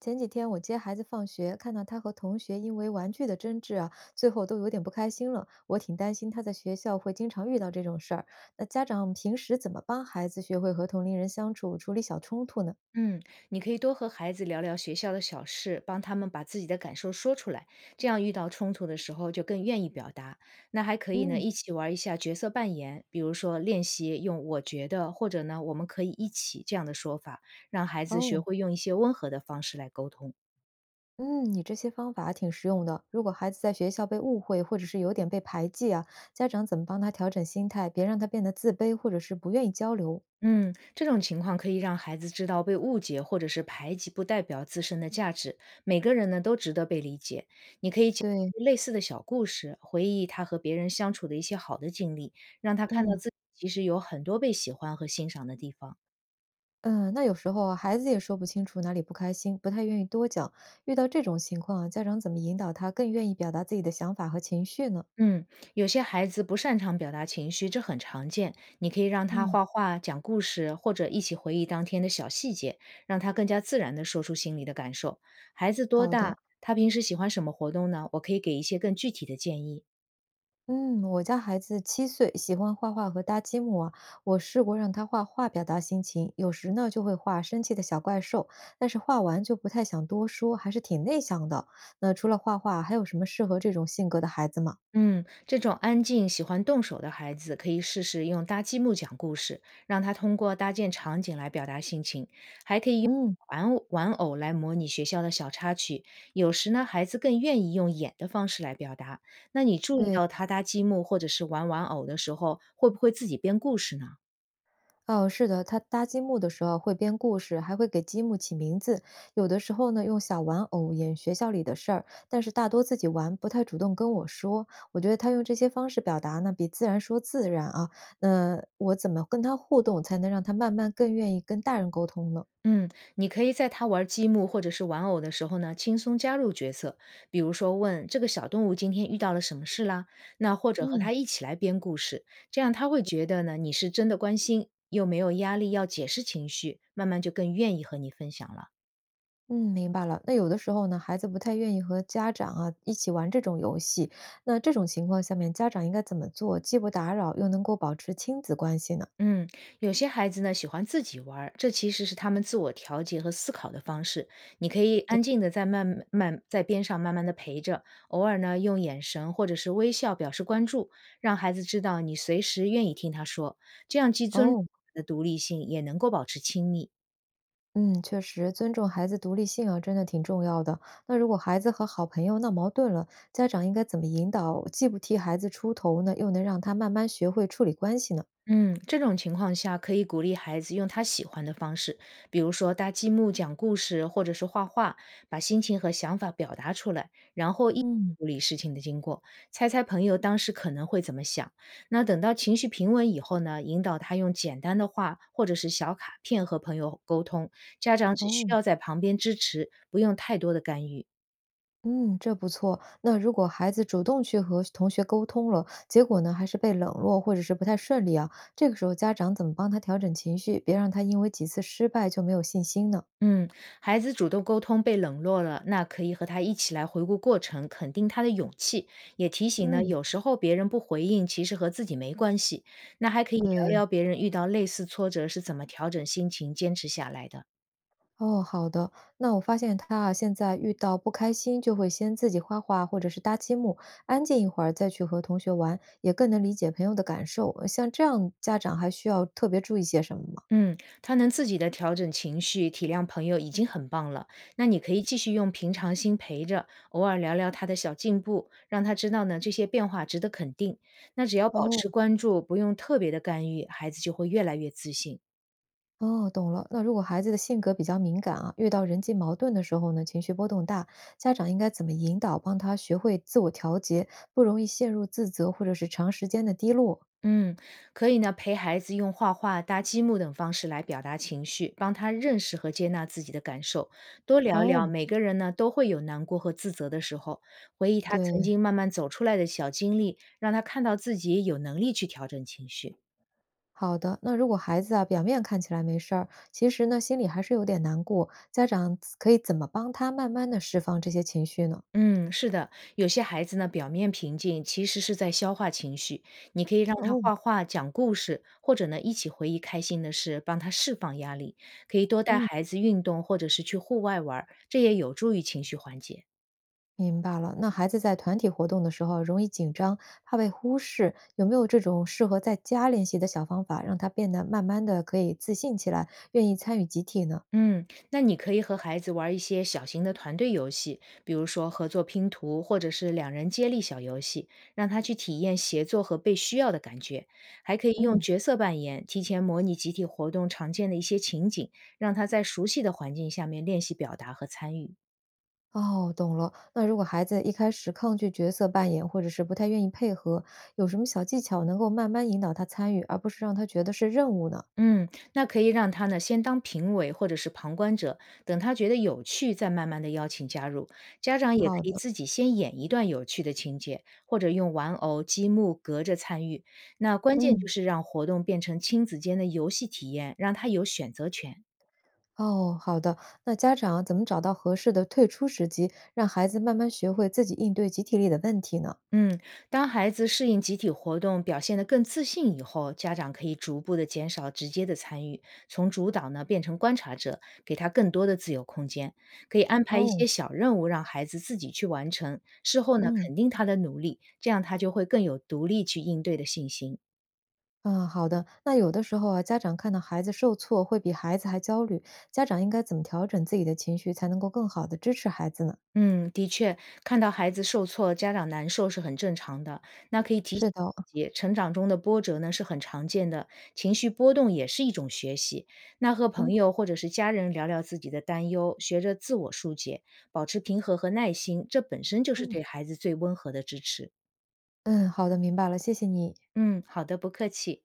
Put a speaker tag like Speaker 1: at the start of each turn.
Speaker 1: 前几天我接孩子放学，看到他和同学因为玩具的争执啊，最后都有点不开心了。我挺担心他在学校会经常遇到这种事儿。那家长平时怎么帮孩子学会和同龄人相处，处理小冲突呢？
Speaker 2: 嗯，你可以多和孩子聊聊学校的小事，帮他们把自己的感受说出来，这样遇到冲突的时候就更愿意表达。那还可以呢，
Speaker 1: 嗯，
Speaker 2: 一起玩一下角色扮演，比如说练习用"我觉得"或者呢"我们可以一起"这样的说法，让孩子学
Speaker 1: 哦，
Speaker 2: 会用一些温和的方式来沟通。
Speaker 1: 嗯，你这些方法挺实用的。如果孩子在学校被误会，或者是有点被排挤啊，家长怎么帮他调整心态，别让他变得自卑或者是不愿意交流？
Speaker 2: 嗯，这种情况可以让孩子知道被误解或者是排挤不代表自身的价值，每个人呢都值得被理解。你可以讲
Speaker 1: 对，
Speaker 2: 类似的小故事，回忆他和别人相处的一些好的经历，让他看到
Speaker 1: 嗯。
Speaker 2: 自己其实有很多被喜欢和欣赏的地方。
Speaker 1: 嗯，那有时候啊孩子也说不清楚哪里不开心，不太愿意多讲。遇到这种情况啊家长怎么引导他更愿意表达自己的想法和情绪呢？
Speaker 2: 嗯，有些孩子不擅长表达情绪，这很常见。你可以让他
Speaker 1: 嗯，
Speaker 2: 画画、讲故事，或者一起回忆当天的小细节，让他更加自然地说出心里的感受。孩子多
Speaker 1: 好的，
Speaker 2: 大？他平时喜欢什么活动呢？我可以给一些更具体的建议。
Speaker 1: 嗯，我家孩子7岁，喜欢画画和搭积木啊。我试过让他画画表达心情，有时呢就会画生气的小怪兽，但是画完就不太想多说，还是挺内向的。那除了画画，还有什么适合这种性格的孩子吗？
Speaker 2: 嗯，这种安静、喜欢动手的孩子，可以试试用搭积木讲故事，让他通过搭建场景来表达心情。还
Speaker 1: 嗯，
Speaker 2: 玩偶来模拟学校的小插曲，有时呢，孩子更愿意用演的方式来表达。那你注意
Speaker 1: 对。
Speaker 2: 到他搭积木或者是玩玩偶的时候，会不会自己编故事呢？
Speaker 1: 哦，是的，他搭积木的时候会编故事，还会给积木起名字。有的时候呢，用小玩偶演学校里的事儿，但是大多自己玩，不太主动跟我说。我觉得他用这些方式表达呢，比自然说自然啊。那我怎么跟他互动，才能让他慢慢更愿意跟大人沟通呢？
Speaker 2: 嗯，你可以在他玩积木或者是玩偶的时候呢，轻松加入角色，比如说问这个小动物今天遇到了什么事啦，那或者和
Speaker 1: 嗯
Speaker 2: 他一起来编故事，这样他会觉得呢，你是真的关心，又没有压力要解释情绪，慢慢就更愿意和你分享了。
Speaker 1: 嗯，明白了。那有的时候呢，孩子不太愿意和家长啊一起玩这种游戏，那这种情况下面，家长应该怎么做，既不打扰，又能够保持亲子关系呢？
Speaker 2: 嗯，有些孩子呢喜欢自己玩儿，这其实是他们自我调节和思考的方式。你可以
Speaker 1: 对
Speaker 2: 安静的在慢慢在边上慢慢的陪着，偶尔呢用眼神或者是微笑表示关注，让孩子知道你随时愿意听他说，这样既尊重
Speaker 1: 哦。
Speaker 2: 他的独立性，也能够保持亲密。
Speaker 1: 嗯，确实，尊重孩子独立性啊，真的挺重要的。那如果孩子和好朋友闹矛盾了，家长应该怎么引导，既不替孩子出头呢，又能让他慢慢学会处理关系呢？
Speaker 2: 嗯，这种情况下可以鼓励孩子用他喜欢的方式，比如说搭积木、讲故事，或者是画画，把心情和想法表达出来，然后一
Speaker 1: 嗯，
Speaker 2: 处理事情的经过，猜猜朋友当时可能会怎么想。那等到情绪平稳以后呢，引导他用简单的话或者是小卡片和朋友沟通，家长只需
Speaker 1: 哦，
Speaker 2: 要在旁边支持，不用太多的干预。
Speaker 1: 嗯，这不错。那如果孩子主动去和同学沟通了，结果呢还是被冷落或者是不太顺利啊，这个时候家长怎么帮他调整情绪，别让他因为几次失败就没有信心呢？
Speaker 2: 嗯，孩子主动沟通被冷落了，那可以和他一起来回顾过程，肯定他的勇气，也提醒呢，
Speaker 1: 嗯。
Speaker 2: 有时候别人不回应，其实和自己没关系。那还可以聊
Speaker 1: 对，
Speaker 2: 聊别人遇到类似挫折是怎么调整心情、坚持下来的。
Speaker 1: 哦，好的。那我发现他啊，现在遇到不开心就会先自己画画，或者是搭积木，安静一会儿再去和同学玩，也更能理解朋友的感受。像这样，家长还需要特别注意些什么吗？
Speaker 2: 嗯，他能自己的调整情绪、体谅朋友已经很棒了。那你可以继续用平常心陪着，偶尔聊聊他的小进步，让他知道呢这些变化值得肯定。那只要保
Speaker 1: 哦，
Speaker 2: 持关注，不用特别的干预，孩子就会越来越自信。
Speaker 1: 哦，懂了。那如果孩子的性格比较敏感啊，遇到人际矛盾的时候呢，情绪波动大，家长应该怎么引导，帮他学会自我调节，不容易陷入自责或者是长时间的低落？
Speaker 2: 嗯，可以呢，陪孩子用画画、搭积木等方式来表达情绪，帮他认识和接纳自己的感受。多聊
Speaker 1: 哦，
Speaker 2: 聊，每个人呢都会有难过和自责的时候，回忆他曾
Speaker 1: 对。
Speaker 2: 经慢慢走出来的小经历，让他看到自己有能力去调整情绪。
Speaker 1: 好的，那如果孩子啊表面看起来没事儿，其实呢心里还是有点难过，家长可以怎么帮他慢慢的释放这些情绪呢？
Speaker 2: 嗯，是的，有些孩子呢，表面平静，其实是在消化情绪。你可以让他
Speaker 1: 哦，
Speaker 2: 画画、讲故事，或者呢，一起回忆开心的事，帮他释放压力。可以多带
Speaker 1: 嗯，
Speaker 2: 孩子运动，或者是去户外玩儿这也有助于情绪缓解。
Speaker 1: 明白了。那孩子在团体活动的时候啊容易紧张，怕被忽视，有没有这种适合在家练习的小方法，让他变得慢慢的可以自信起来，愿意参与集体呢？
Speaker 2: 嗯，那你可以和孩子玩一些小型的团队游戏，比如说合作拼图，或者是两人接力小游戏，让他去体验协作和被需要的感觉。还可以用
Speaker 1: 嗯，
Speaker 2: 角色扮演，提前模拟集体活动常见的一些情景，让他在熟悉的环境下面练习表达和参与。
Speaker 1: 哦，懂了。那如果孩子一开始抗拒角色扮演，或者是不太愿意配合，有什么小技巧能够慢慢引导他参与，而不是让他觉得是任务呢？
Speaker 2: 嗯，那可以让他呢先当评委或者是旁观者，等他觉得有趣，再慢慢的邀请加入。家长也可
Speaker 1: 好
Speaker 2: 以
Speaker 1: 的，
Speaker 2: 自己先演一段有趣的情节，或者用玩偶、积木隔着参与。那关键就
Speaker 1: 嗯，
Speaker 2: 是让活动变成亲子间的游戏体验，让他有选择权。
Speaker 1: 哦，好的。那家长怎么找到合适的退出时机，让孩子慢慢学会自己应对集体里的问题呢？
Speaker 2: 嗯，当孩子适应集体活动，表现得更自信以后，家长可以逐步的减少直接的参与，从主导呢变成观察者，给他更多的自由空间。可以安排一
Speaker 1: 哦，
Speaker 2: 些小任务让孩子自己去完成，事后呢
Speaker 1: 嗯，
Speaker 2: 肯定他的努力，这样他就会更有独立去应对的信心。
Speaker 1: 啊，好的。那有的时候啊，家长看到孩子受挫，会比孩子还焦虑，家长应该怎么调整自己的情绪，才能够更好的支持孩子呢？
Speaker 2: 嗯，的确，看到孩子受挫，家长难受是很正常的。那可以提
Speaker 1: 是
Speaker 2: 醒
Speaker 1: 的哦，
Speaker 2: 自己，成长中的波折呢是很常见的，情绪波动也是一种学习。那和
Speaker 1: 嗯
Speaker 2: 朋友或者是家人聊聊自己的担忧，学着自我疏解，保持平和和耐心，这本身就是
Speaker 1: 嗯
Speaker 2: 对孩子最温和的支持。
Speaker 1: 嗯，好的，明白了，谢谢你。
Speaker 2: 嗯，好的，不客气。